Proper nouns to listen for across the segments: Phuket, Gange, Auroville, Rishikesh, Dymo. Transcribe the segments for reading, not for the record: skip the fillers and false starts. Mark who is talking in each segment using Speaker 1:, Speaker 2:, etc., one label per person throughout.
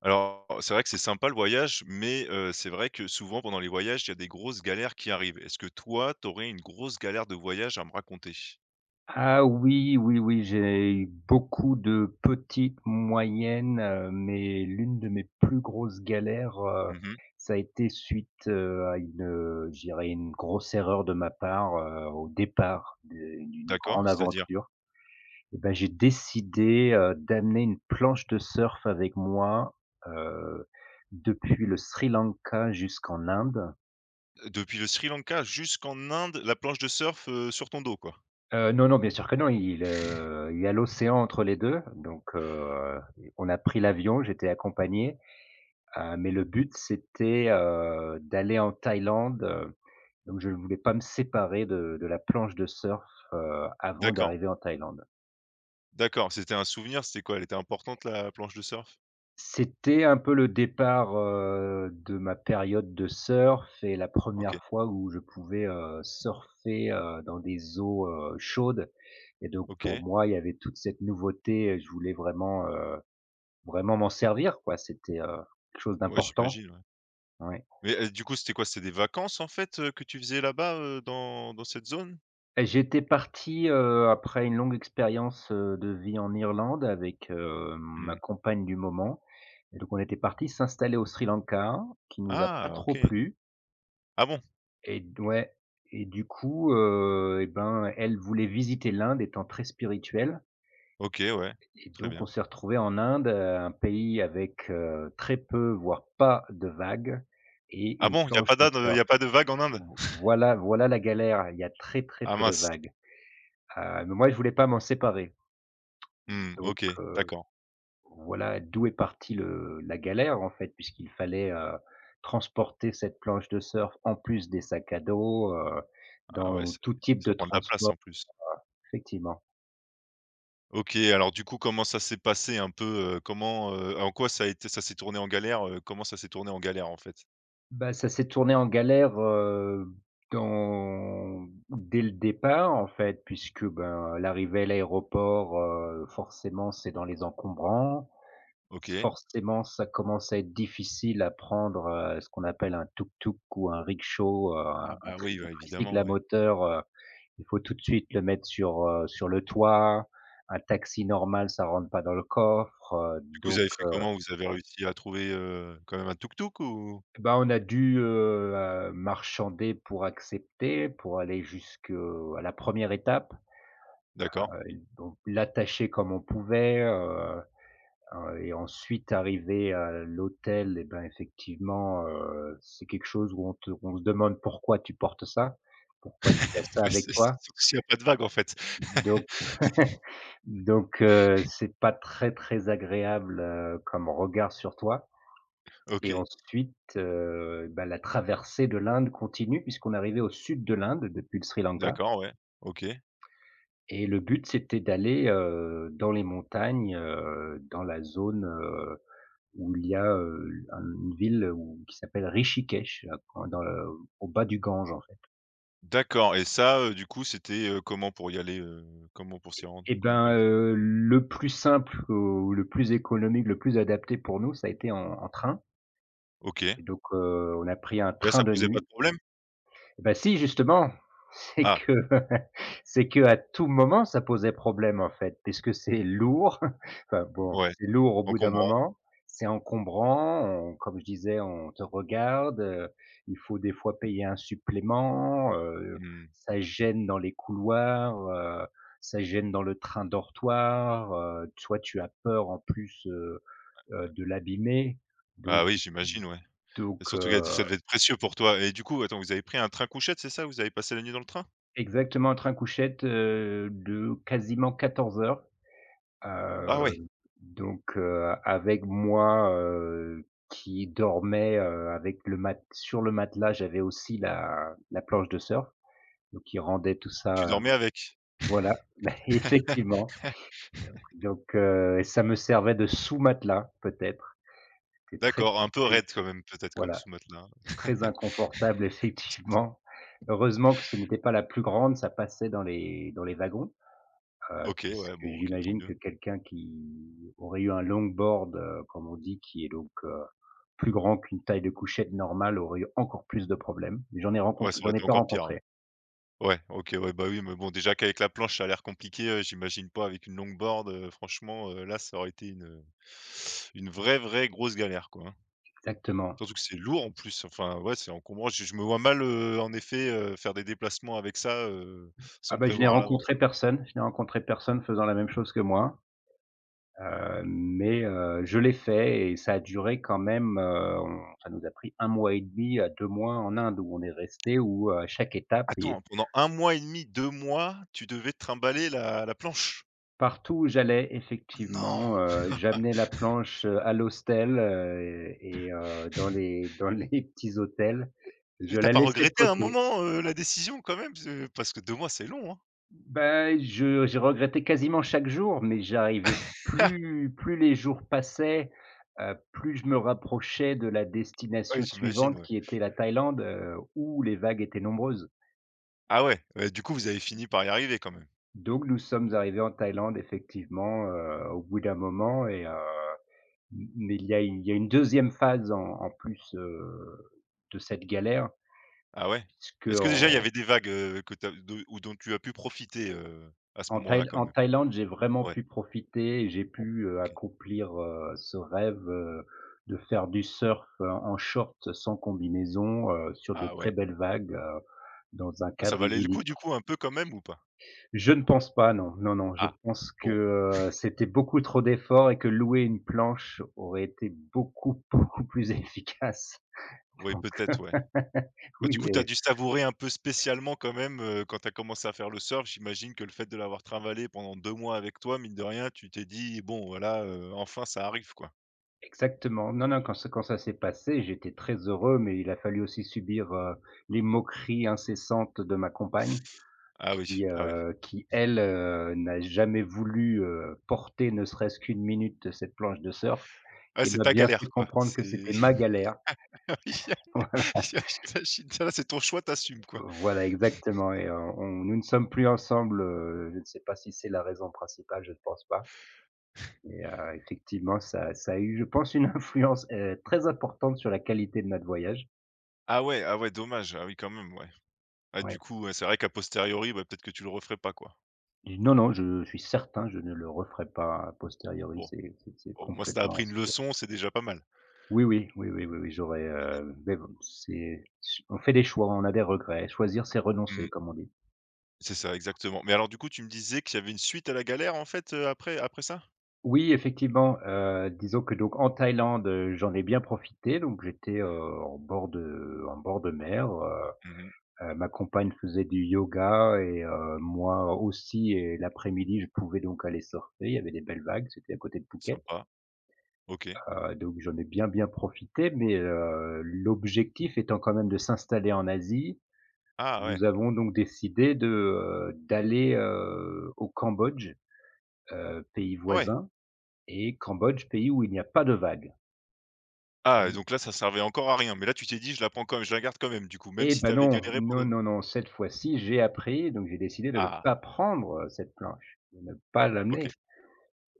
Speaker 1: Alors, c'est vrai que c'est sympa le voyage, mais c'est vrai que souvent pendant les voyages, il y a des grosses galères qui arrivent. Est-ce que toi, tu aurais une grosse galère de voyage à me raconter?
Speaker 2: Ah oui, oui, oui, j'ai eu beaucoup de petites, moyennes, mais l'une de mes plus grosses galères,
Speaker 1: Mmh.
Speaker 2: ça a été suite, à une, je dirais une grosse erreur de ma part, au départ de d'une
Speaker 1: D'accord,
Speaker 2: grande
Speaker 1: c'est-à-dire?
Speaker 2: aventure. Et bah, j'ai décidé, d'amener une planche de surf avec moi, heu, depuis le Sri Lanka jusqu'en Inde.
Speaker 1: Depuis le Sri Lanka jusqu'en Inde, la planche de surf, sur ton dos, quoi?
Speaker 2: Non, non, bien sûr que non, il y a l'océan entre les 2, donc on a pris l'avion, j'étais accompagné, mais le but c'était, d'aller en Thaïlande, donc je ne voulais pas me séparer de la planche de surf, avant
Speaker 1: D'accord,
Speaker 2: d'arriver en Thaïlande.
Speaker 1: d'accord, c'était un souvenir, c'était quoi? Elle était importante la planche de surf?
Speaker 2: C'était un peu le départ, de ma période de surf et la
Speaker 1: OK,
Speaker 2: première fois où je pouvais, surfer, dans des eaux, chaudes et donc pour
Speaker 1: OK.
Speaker 2: moi, il y avait toute cette nouveauté, je voulais vraiment, vraiment m'en servir quoi, c'était, quelque chose
Speaker 1: Ouais,
Speaker 2: d'important,
Speaker 1: j'imagine, ouais.
Speaker 2: ouais.
Speaker 1: Mais, du coup, c'était quoi? C'était des vacances, en fait, que tu faisais là-bas, dans cette zone?
Speaker 2: J'étais parti, après une longue expérience, de vie en Irlande avec, ma
Speaker 1: Mmh.
Speaker 2: compagne du moment et donc on était parti s'installer au Sri Lanka qui nous a pas
Speaker 1: Ah,
Speaker 2: trop
Speaker 1: OK.
Speaker 2: plu
Speaker 1: Ah bon?
Speaker 2: et d ouais et du coup, et ben, elle voulait visiter l'Inde étant très spirituelle
Speaker 1: OK, ouais,
Speaker 2: et
Speaker 1: très
Speaker 2: donc
Speaker 1: bien.
Speaker 2: on s'est retrouvé en Inde, un pays avec, très peu, voire pas de vagues et
Speaker 1: Ah
Speaker 2: une
Speaker 1: bon? Il y a
Speaker 2: planche
Speaker 1: pas
Speaker 2: de
Speaker 1: d'Inde, il y
Speaker 2: surf.
Speaker 1: a pas de vague en Inde?
Speaker 2: Vo voilà voilà la galère, il y a très, très
Speaker 1: Ah
Speaker 2: peu de
Speaker 1: mince.
Speaker 2: vagues. Mais moi je voulais pas m'en séparer.
Speaker 1: Mmh,
Speaker 2: Donc
Speaker 1: OK, d'accord.
Speaker 2: voilà d'où est partie le la galère en fait, puisqu'il fallait, transporter cette planche de surf en plus des sacs à dos,
Speaker 1: Ah ouais,
Speaker 2: dans
Speaker 1: c'est
Speaker 2: tout type de
Speaker 1: ça prend de la place
Speaker 2: transport,
Speaker 1: en plus.
Speaker 2: effectivement.
Speaker 1: OK, alors du coup, comment ça s'est passé un peu, comment, en quoi ça a été ça s'est tourné en galère, comment ça s'est tourné en galère, en fait?
Speaker 2: Bah, ça s'est tourné en galère, dans dès le départ en fait, puisque ben, l'arrivée à l'aéroport, forcément c'est dans les encombrants.
Speaker 1: OK.
Speaker 2: Forcément, ça commence à être difficile à prendre, ce qu'on appelle un tuk-tuk ou un rickshaw,
Speaker 1: Ah
Speaker 2: un un
Speaker 1: bah
Speaker 2: tri
Speaker 1: oui,
Speaker 2: un
Speaker 1: bah
Speaker 2: tricycle
Speaker 1: évidemment,
Speaker 2: à
Speaker 1: ouais.
Speaker 2: moteur, il faut tout de suite le mettre sur, sur le toit. Un taxi normal, ça rentre pas dans le coffre,
Speaker 1: Du coup, vous
Speaker 2: donc
Speaker 1: avez fait comment? Vous avez réussi à trouver, quand même un tuk-tuk ou?
Speaker 2: bah, on a dû, marchander pour accepter, pour aller jusqu'à la première étape,
Speaker 1: D'accord.
Speaker 2: heu, donc l'attacher comme on pouvait. Et ensuite arrivé à l'hôtel et ben, effectivement, c'est quelque chose où on se demande pourquoi tu portes ça? Pourquoi tu as ça
Speaker 1: Oui,
Speaker 2: avec
Speaker 1: c'est
Speaker 2: toi?
Speaker 1: surtout s'il y a pas de vague en fait.
Speaker 2: Donc donc c'est pas très, très agréable, comme regard sur toi et
Speaker 1: OK,
Speaker 2: ensuite, bah, la traversée de l'Inde continue puisqu'on est arrivé au sud de l'Inde depuis le Sri Lanka
Speaker 1: d'accord, ouais, OK.
Speaker 2: et le but c'était d'aller, dans les montagnes, dans la zone, où il y a, une ville où qui s'appelle Rishikesh, là, quand dans le au bas du Gange, en fait.
Speaker 1: D'accord et ça, du coup, c'était, comment pour y aller, comment pour s'y rendre?
Speaker 2: Eh
Speaker 1: Comment il
Speaker 2: ben,
Speaker 1: fallait
Speaker 2: le plus simple, ou le plus économique, le plus adapté pour nous, ça a été en train
Speaker 1: OK et
Speaker 2: et donc, on a pris un
Speaker 1: là,
Speaker 2: train
Speaker 1: ça
Speaker 2: de
Speaker 1: posait pas de
Speaker 2: nuit.
Speaker 1: problème?
Speaker 2: Bah si, justement, c'est
Speaker 1: Ah,
Speaker 2: que c'est que à tout moment, ça posait problème, en fait, puisque c'est lourd. Enfin bon,
Speaker 1: ouais,
Speaker 2: c'est lourd au
Speaker 1: on
Speaker 2: bout d'un
Speaker 1: comprend.
Speaker 2: moment, c'est encombrant, on comme je disais, on te regarde, il faut des fois payer un supplément,
Speaker 1: Mmh.
Speaker 2: ça gêne dans les couloirs, ça gêne dans le train dortoir, toi, tu as peur en plus, de l'abîmer,
Speaker 1: Bah, oui,
Speaker 2: donc
Speaker 1: j'imagine, ouais et
Speaker 2: donc
Speaker 1: surtout que
Speaker 2: euh,
Speaker 1: ça devait être précieux pour toi et du coup, attends, vous avez pris un train couchette, c'est ça? Vous avez passé la nuit dans le train?
Speaker 2: Exactement, un train couchette, de quasiment 14:00,
Speaker 1: Ah ouais,
Speaker 2: heu, donc avec moi, qui dormait avec le matelas, j'avais aussi la planche de surf, donc qui rendait tout
Speaker 1: tu
Speaker 2: ça,
Speaker 1: dormais avec?
Speaker 2: voilà, effectivement, donc ça me servait de sous-matelas peut-être. C'était très,
Speaker 1: D'accord,
Speaker 2: très,
Speaker 1: un peu
Speaker 2: très...
Speaker 1: raide quand même, peut-être comme
Speaker 2: voilà,
Speaker 1: sous-matelas.
Speaker 2: très inconfortable effectivement. Heureusement que ce n'était pas la plus grande, ça passait dans les wagons.
Speaker 1: OK, ouais,
Speaker 2: Puisque
Speaker 1: bon, OK, tant
Speaker 2: j'imagine
Speaker 1: mieux.
Speaker 2: que quelqu'un qui aurait eu un longboard, comme on dit, qui est donc, plus grand qu'une taille de couchette normale aurait eu encore plus de problèmes.
Speaker 1: Ouais, ça aurait
Speaker 2: J'en ai
Speaker 1: été
Speaker 2: pas
Speaker 1: encore pire, ouais.
Speaker 2: rencontré.
Speaker 1: Ouais, OK, ouais, bah, oui, mais bon, déjà qu'avec la planche, ça a l'air compliqué, j'imagine pas avec une longboard, franchement, là, ça aurait été une vraie, vraie grosse galère, quoi, hein.
Speaker 2: Exactement.
Speaker 1: Surtout que c'est lourd en plus, enfin, ouais, c'est encombrant. Je me vois mal, en effet, faire des déplacements avec ça,
Speaker 2: Ah
Speaker 1: sans
Speaker 2: bah,
Speaker 1: prévoir à l'avance, quoi.
Speaker 2: je n'ai rencontré personne faisant la même chose que moi, mais, je l'ai fait et ça a duré quand même, on ça nous a pris 1 mois et demi à 2 mois en Inde où on est resté, où, à chaque étape.
Speaker 1: Attends, pendant un mois et demi, 2 mois, tu devais te trimballer la planche?
Speaker 2: Partout où j'allais
Speaker 1: Non!
Speaker 2: effectivement, j'amenais la planche, à l'hostel, et dans les petits hôtels.
Speaker 1: Et
Speaker 2: Je
Speaker 1: tu
Speaker 2: la
Speaker 1: pas
Speaker 2: laissais de
Speaker 1: regretté à un
Speaker 2: côté.
Speaker 1: moment, la décision quand même? Ce parce que 2 mois, c'est long, hein?
Speaker 2: Ben, je j'ai regretté quasiment chaque jour, mais j'arrivais plus les jours passaient, plus je me rapprochais de la
Speaker 1: Ouais,
Speaker 2: destination
Speaker 1: j'imagine,
Speaker 2: suivante
Speaker 1: ouais.
Speaker 2: qui était la Thaïlande, où les vagues étaient nombreuses.
Speaker 1: Ah ouais, ouais, du coup, vous avez fini par y arriver quand même?
Speaker 2: Donc nous sommes arrivés en Thaïlande effectivement, au bout d'un moment. Et heu M mais il y a une 2e phase en plus, de cette galère,
Speaker 1: Ah ouais?
Speaker 2: puisque
Speaker 1: Est-ce que déjà il y avait des vagues, que tu de ou dont tu as pu profiter, à ce moment-là quand
Speaker 2: En
Speaker 1: même?
Speaker 2: Thaïlande, j'ai vraiment
Speaker 1: Ouais,
Speaker 2: pu profiter et j'ai
Speaker 1: bon,
Speaker 2: pu,
Speaker 1: OK.
Speaker 2: accomplir, ce rêve, de faire du surf, en short sans combinaison, sur de
Speaker 1: Ah
Speaker 2: très
Speaker 1: ouais.
Speaker 2: belles vagues, dans un
Speaker 1: Ouais, ça
Speaker 2: cadre
Speaker 1: valait le coup,
Speaker 2: idyllique.
Speaker 1: du coup, un peu quand même ou pas?
Speaker 2: Je ne pense pas, non, non, non, je
Speaker 1: Ah,
Speaker 2: pense que,
Speaker 1: bon,
Speaker 2: c'était beaucoup trop d'efforts et que louer une planche aurait été beaucoup, beaucoup plus efficace
Speaker 1: oui,
Speaker 2: donc
Speaker 1: peut-être, ouais. Bah, du coup, tu as
Speaker 2: oui.
Speaker 1: dû savourer un peu spécialement quand même, quand tu as commencé à faire le surf. J'imagine que le fait de l'avoir travaillé pendant 2 mois avec toi, mine de rien, tu t'es dit: «Bon, voilà, enfin ça arrive, quoi».
Speaker 2: Exactement. Non, non, quand ça s'est passé, j'étais très heureux, mais il a fallu aussi subir, les moqueries incessantes de ma compagne
Speaker 1: Ah oui, ah oui.
Speaker 2: qui elle, n'a jamais voulu, porter ne serait-ce qu'une minute cette planche de surf,
Speaker 1: Ah,
Speaker 2: qui
Speaker 1: c'est
Speaker 2: m'a
Speaker 1: ta
Speaker 2: bien fait
Speaker 1: galère, quoi.
Speaker 2: comprendre que
Speaker 1: C'est
Speaker 2: c'était ma galère.
Speaker 1: ah oui, j'imagine. Là, c'est ton choix, t'assumes quoi.
Speaker 2: Voilà, exactement et on nous ne sommes plus ensemble, je ne sais pas si c'est la raison principale, je ne pense pas. Mais, effectivement, ça a eu, je pense, une influence, très importante sur la qualité de notre voyage.
Speaker 1: Ah ouais, ah ouais, dommage. Ah oui, quand même, ouais. Ah, du
Speaker 2: Ouais.
Speaker 1: coup, ouais, c'est vrai qu'à posteriori, bah, peut-être que tu le referais pas, quoi.
Speaker 2: Du Non, non, je suis certain, je ne le referai pas a posteriori,
Speaker 1: Bon,
Speaker 2: c'est
Speaker 1: au moins, ça t'a appris
Speaker 2: complètement
Speaker 1: une
Speaker 2: sûr.
Speaker 1: leçon, c'est déjà pas mal.
Speaker 2: Oui, oui, oui, oui, oui, oui, j'aurais, beh, bon, c'est ch on fait des choix, on a des regrets. Choisir, c'est
Speaker 1: Mmh.
Speaker 2: renoncer, comme on dit.
Speaker 1: C'est ça, exactement. Mais alors du coup, tu me disais qu'il y avait une suite à la galère en fait, après après ça?
Speaker 2: Oui, effectivement, disons que donc en Thaïlande, j'en ai bien profité, donc j'étais, en bord de mer,
Speaker 1: Mmh.
Speaker 2: ma compagne faisait du yoga et moi aussi et l'après-midi, je pouvais donc aller surfer, il y avait des belles vagues, c'était à côté de Phuket.
Speaker 1: Sympa, OK.
Speaker 2: Donc j'en ai bien, bien profité, mais l'objectif étant quand même de s'installer en Asie,
Speaker 1: Ah
Speaker 2: nous
Speaker 1: ouais.
Speaker 2: avons donc décidé de, d'aller, au Cambodge, pays
Speaker 1: Ah ouais.
Speaker 2: voisin et Cambodge, pays où il n'y a pas de vagues.
Speaker 1: Ah
Speaker 2: Donc
Speaker 1: donc là, ça servait encore à rien, mais là tu t'es dit: «Je la prends quand même, je la garde quand même» du coup, même
Speaker 2: eh
Speaker 1: si
Speaker 2: ben
Speaker 1: t'avais avais
Speaker 2: non,
Speaker 1: galéré
Speaker 2: non,
Speaker 1: pendant
Speaker 2: non, non, cette fois-ci, j'ai appris, donc j'ai décidé de ne pas
Speaker 1: ah
Speaker 2: prendre, cette planche, de ne pas
Speaker 1: OK.
Speaker 2: l'amener.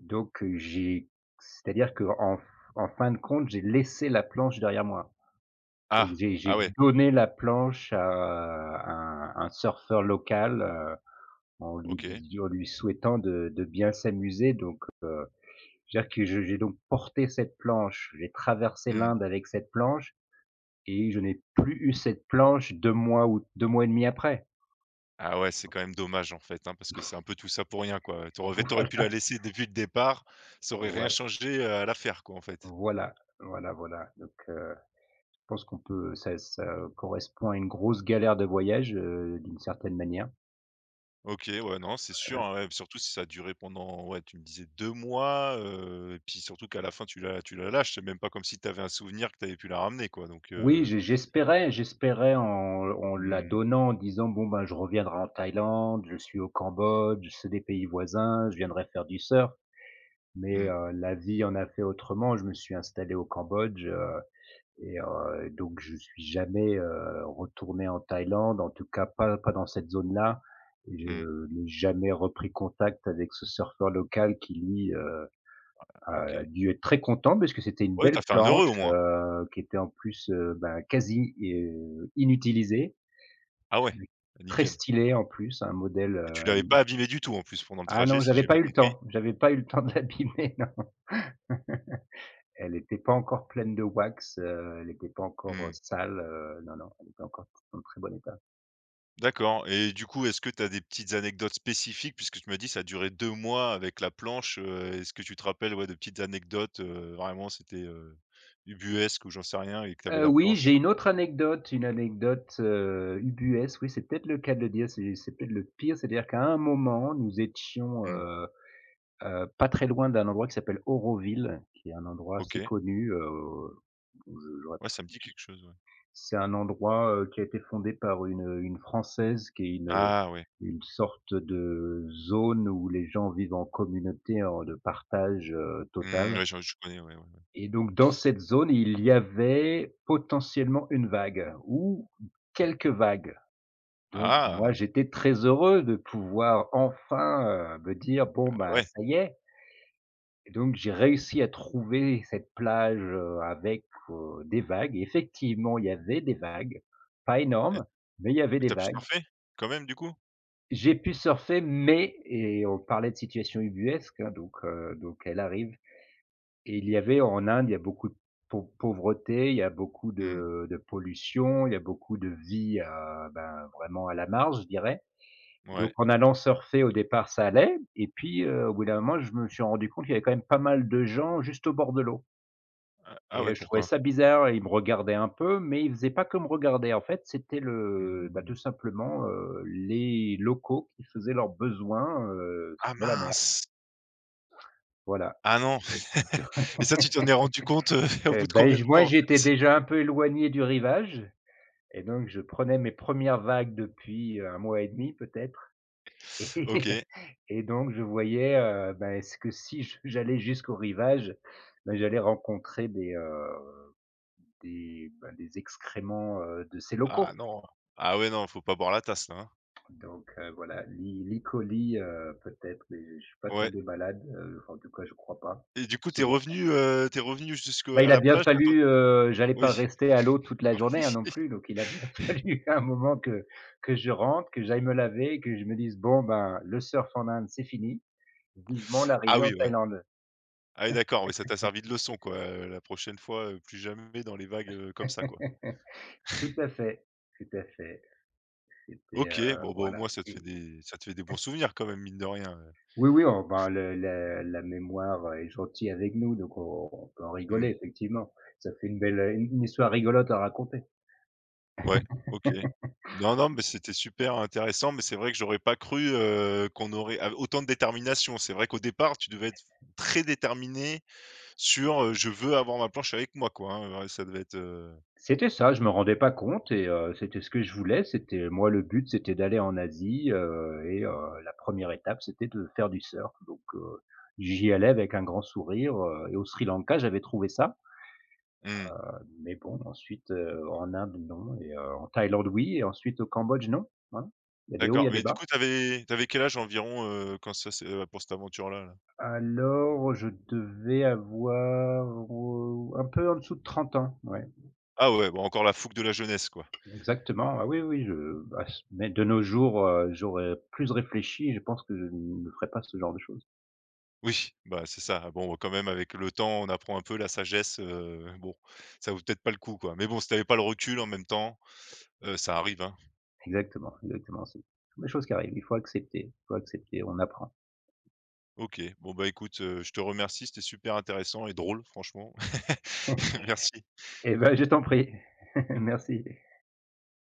Speaker 2: Donc j'ai c'est-à-dire qu'en fin de compte, j'ai laissé la planche derrière moi.
Speaker 1: Ah! Ah
Speaker 2: J'ai
Speaker 1: ouais,
Speaker 2: donné la planche à un surfeur local,
Speaker 1: OK.
Speaker 2: en lui souhaitant de bien s'amuser. Donc c'est-à-dire que je j'ai donc porté cette planche, j'ai traversé
Speaker 1: Mmh.
Speaker 2: l'Inde avec cette planche et je n'ai plus eu cette planche 2 mois ou 2 mois et demi après.
Speaker 1: Ah ouais, c'est quand même dommage en fait, hein, parce que c'est un peu tout ça pour rien quoi. T'aurais, t'aurais pu la laisser depuis le départ, ça aurait rien
Speaker 2: Voilà,
Speaker 1: changé, à l'affaire quoi en fait.
Speaker 2: voilà, voilà, voilà donc je pense qu'on peut ça ça correspond à une grosse galère de voyage, d'une certaine manière.
Speaker 1: OK, ouais, non, c'est sûr, hein, ouais, surtout si ça a duré pendant, ouais, tu me disais 2 mois, et puis surtout qu'à la fin tu la lâches, c'est même pas comme si tu avais un souvenir que tu avais pu la ramener quoi donc
Speaker 2: Oui, j'espérais en la
Speaker 1: mmh,
Speaker 2: donnant, en disant: «Bon, ben, je reviendrai en Thaïlande, je suis au Cambodge, c'est des pays voisins, je viendrai faire du surf». Mais,
Speaker 1: mmh,
Speaker 2: la vie en a fait autrement. Je me suis installé au Cambodge, et donc je suis jamais, retourné en Thaïlande, en tout cas pas dans cette zone-là. Je
Speaker 1: mmh,
Speaker 2: n'ai jamais repris contact avec ce surfeur local qui lui,
Speaker 1: OK.
Speaker 2: dû être très content parce que c'était une
Speaker 1: Ouais, t'as
Speaker 2: belle
Speaker 1: fait un heureux
Speaker 2: planche,
Speaker 1: au moins?
Speaker 2: qui était en plus, bah, quasi inutilisée,
Speaker 1: Ah ouais,
Speaker 2: avec très
Speaker 1: nickel
Speaker 2: stylée en plus, un modèle,
Speaker 1: et tu l'avais
Speaker 2: hem
Speaker 1: pas abîmée du tout en plus pendant le
Speaker 2: ah
Speaker 1: trajet
Speaker 2: non,
Speaker 1: si j'ai bien compris?
Speaker 2: j'avais pas eu le temps de l'abîmer, non. Elle n'était pas encore pleine de wax, elle n'était pas encore,
Speaker 1: Mmh,
Speaker 2: sale, non, non, elle était encore en très bon état.
Speaker 1: d'accord et du coup, est-ce que tu as des petites anecdotes spécifiques puisque tu m'as dit ça a duré 2 mois avec la planche, est-ce que tu te rappelles, ouais, de petites anecdotes, vraiment c'était, ubuesque ou j'en sais rien et que tu avais la
Speaker 2: Oui, j'ai
Speaker 1: planche?
Speaker 2: une autre anecdote, une anecdote, ubuesque, oui, c'est peut-être le cas de le dire, c'est peut-être le pire, c'est-à-dire qu'à un moment, nous étions,
Speaker 1: Mmh.
Speaker 2: pas très loin d'un endroit qui s'appelle Auroville, qui est un endroit assez
Speaker 1: OK.
Speaker 2: connu, je j'aurais
Speaker 1: Ouais, ça me dit
Speaker 2: j
Speaker 1: quelque chose, ouais.
Speaker 2: c'est un endroit, qui a été fondé par une Française qui est
Speaker 1: Ah ouais.
Speaker 2: une sorte de zone où les gens vivent en communauté, en de partage,
Speaker 1: Mmh,
Speaker 2: total
Speaker 1: ouais, je connais, ouais, ouais, ouais.
Speaker 2: et donc dans cette zone, il y avait potentiellement une vague ou quelques vagues. Donc
Speaker 1: Ah
Speaker 2: moi, j'étais très heureux de pouvoir enfin, me dire: «Bon, bah,
Speaker 1: ouais
Speaker 2: ça y est». Et donc j'ai réussi à trouver cette plage, avec, des vagues. Effectivement, il y avait des vagues, pas
Speaker 1: et
Speaker 2: énormes, mais il y avait
Speaker 1: et
Speaker 2: des
Speaker 1: tu as pu
Speaker 2: vagues.
Speaker 1: surfer quand même, du coup?
Speaker 2: J'ai pu surfer, mais et on parlait de situation ubuesque, hein, donc elle arrive et il y avait en Inde, il y a beaucoup de pauvreté, il y a beaucoup
Speaker 1: Mmh,
Speaker 2: de pollution, il y a beaucoup de vie, ben, vraiment à la marge, je dirais. Donc
Speaker 1: ouais.
Speaker 2: en allant surfer, au départ, ça allait et puis, au bout d'un moment, je me suis rendu compte qu'il y avait quand même pas mal de gens juste au bord de l'eau.
Speaker 1: Ah ah ouais,
Speaker 2: Et je trouvais
Speaker 1: pourquoi?
Speaker 2: ça bizarre, il me regardait un peu, mais il faisait pas que me regarder. En fait, c'était le bah, tout
Speaker 1: Mmh.
Speaker 2: simplement, les locaux qui faisaient leurs besoins,
Speaker 1: Ah
Speaker 2: dans la mer,
Speaker 1: mince!
Speaker 2: voilà.
Speaker 1: Ah non!
Speaker 2: Donc,
Speaker 1: Et ça, tu t'en es rendu compte, au bout de
Speaker 2: beh,
Speaker 1: combien de
Speaker 2: moi,
Speaker 1: temps, en
Speaker 2: j'étais
Speaker 1: fait?
Speaker 2: déjà un peu éloigné du rivage et donc je prenais mes premières vagues depuis 1 mois et demi peut-être et
Speaker 1: OK.
Speaker 2: et donc je voyais, bah, ce que si je j'allais jusqu'au rivage, ben j'allais rencontrer des, bah, des excréments, de ces
Speaker 1: Ah
Speaker 2: locaux.
Speaker 1: non! Ah ouais, non, faut pas boire la tasse, là, hein?
Speaker 2: Donc voilà, l'E. Coli, peut-être, mais je suis pas
Speaker 1: Ouais
Speaker 2: tombé malade, enfin, en tout cas, je crois pas,
Speaker 1: et du coup,
Speaker 2: je m'en souviens.
Speaker 1: tu es revenu jusque
Speaker 2: Bah,
Speaker 1: à
Speaker 2: il a
Speaker 1: la
Speaker 2: bien
Speaker 1: plage, tu as
Speaker 2: fallu,
Speaker 1: attendu
Speaker 2: j'allais
Speaker 1: oui.
Speaker 2: pas rester à l'eau toute la journée, hein, non plus, donc il a bien fallu un moment que je rentre, que j'aille me laver, que je me dise: «Bon, ben, le surf en Inde, c'est fini, vivement
Speaker 1: Ah
Speaker 2: l'arrivée en
Speaker 1: oui, ouais.
Speaker 2: Thaïlande».
Speaker 1: Ah oui, d'accord, oui, ça t'a servi de leçon, quoi, la prochaine fois, plus jamais dans les vagues, comme ça, quoi.
Speaker 2: Tout à fait, tout à fait. C'était,
Speaker 1: OK, bon, bah, au
Speaker 2: voilà
Speaker 1: moins ça te fait
Speaker 2: et...
Speaker 1: des ça te fait des bons souvenirs quand même, mine de rien,
Speaker 2: Oui, oui, oh ben, le la mémoire, est gentille avec nous, donc on peut en rigoler
Speaker 1: mmh,
Speaker 2: effectivement. Ça fait une belle, une histoire rigolote à raconter.
Speaker 1: ouais, OK. Non, non, mais c'était super intéressant, mais c'est vrai que j'aurais pas cru, qu'on aurait av autant de détermination. C'est vrai qu'au départ, tu devais être très déterminé sur, «Je veux avoir ma planche avec moi», quoi, hein, ouais, ça devait être,
Speaker 2: C'était ça, je me rendais pas compte et c'était ce que je voulais. C'était moi Le but, c'était d'aller en Asie, et la première étape, c'était de faire du surf, donc j'y allais avec un grand sourire, et au Sri Lanka, j'avais trouvé ça,
Speaker 1: mmh,
Speaker 2: mais bon ensuite, en Inde non et en Thaïlande oui et ensuite au Cambodge non. Voilà. Il y a des hauts, il
Speaker 1: d'accord,
Speaker 2: y a des
Speaker 1: mais du coup,
Speaker 2: bas.
Speaker 1: t'avais, t'avais quel âge environ, quand ça s'est pour cette aventure-là, là?
Speaker 2: Alors, je devais avoir, un peu en dessous de 30 ans, ouais,
Speaker 1: Ah ouais, bon, encore la fougue de la jeunesse, quoi.
Speaker 2: exactement. Ah oui, oui, je bah, s mais de nos jours, j'aurais plus réfléchi et je pense que je ne ferais pas ce genre de choses.
Speaker 1: Oui, bah, c'est ça. Ah bon, quand même avec le temps, on apprend un peu la sagesse, bon, ça vaut peut-être pas le coup, quoi. Mais bon, si t'avais pas le recul en même temps, ça arrive, hein.
Speaker 2: Exactement, exactement, c'est des choses qui arrivent. Il faut accepter, on apprend.
Speaker 1: OK. Bon, bah, écoute, je te remercie, c'était super intéressant et drôle, franchement. Merci.
Speaker 2: Eh ben, je t'en prie. Merci.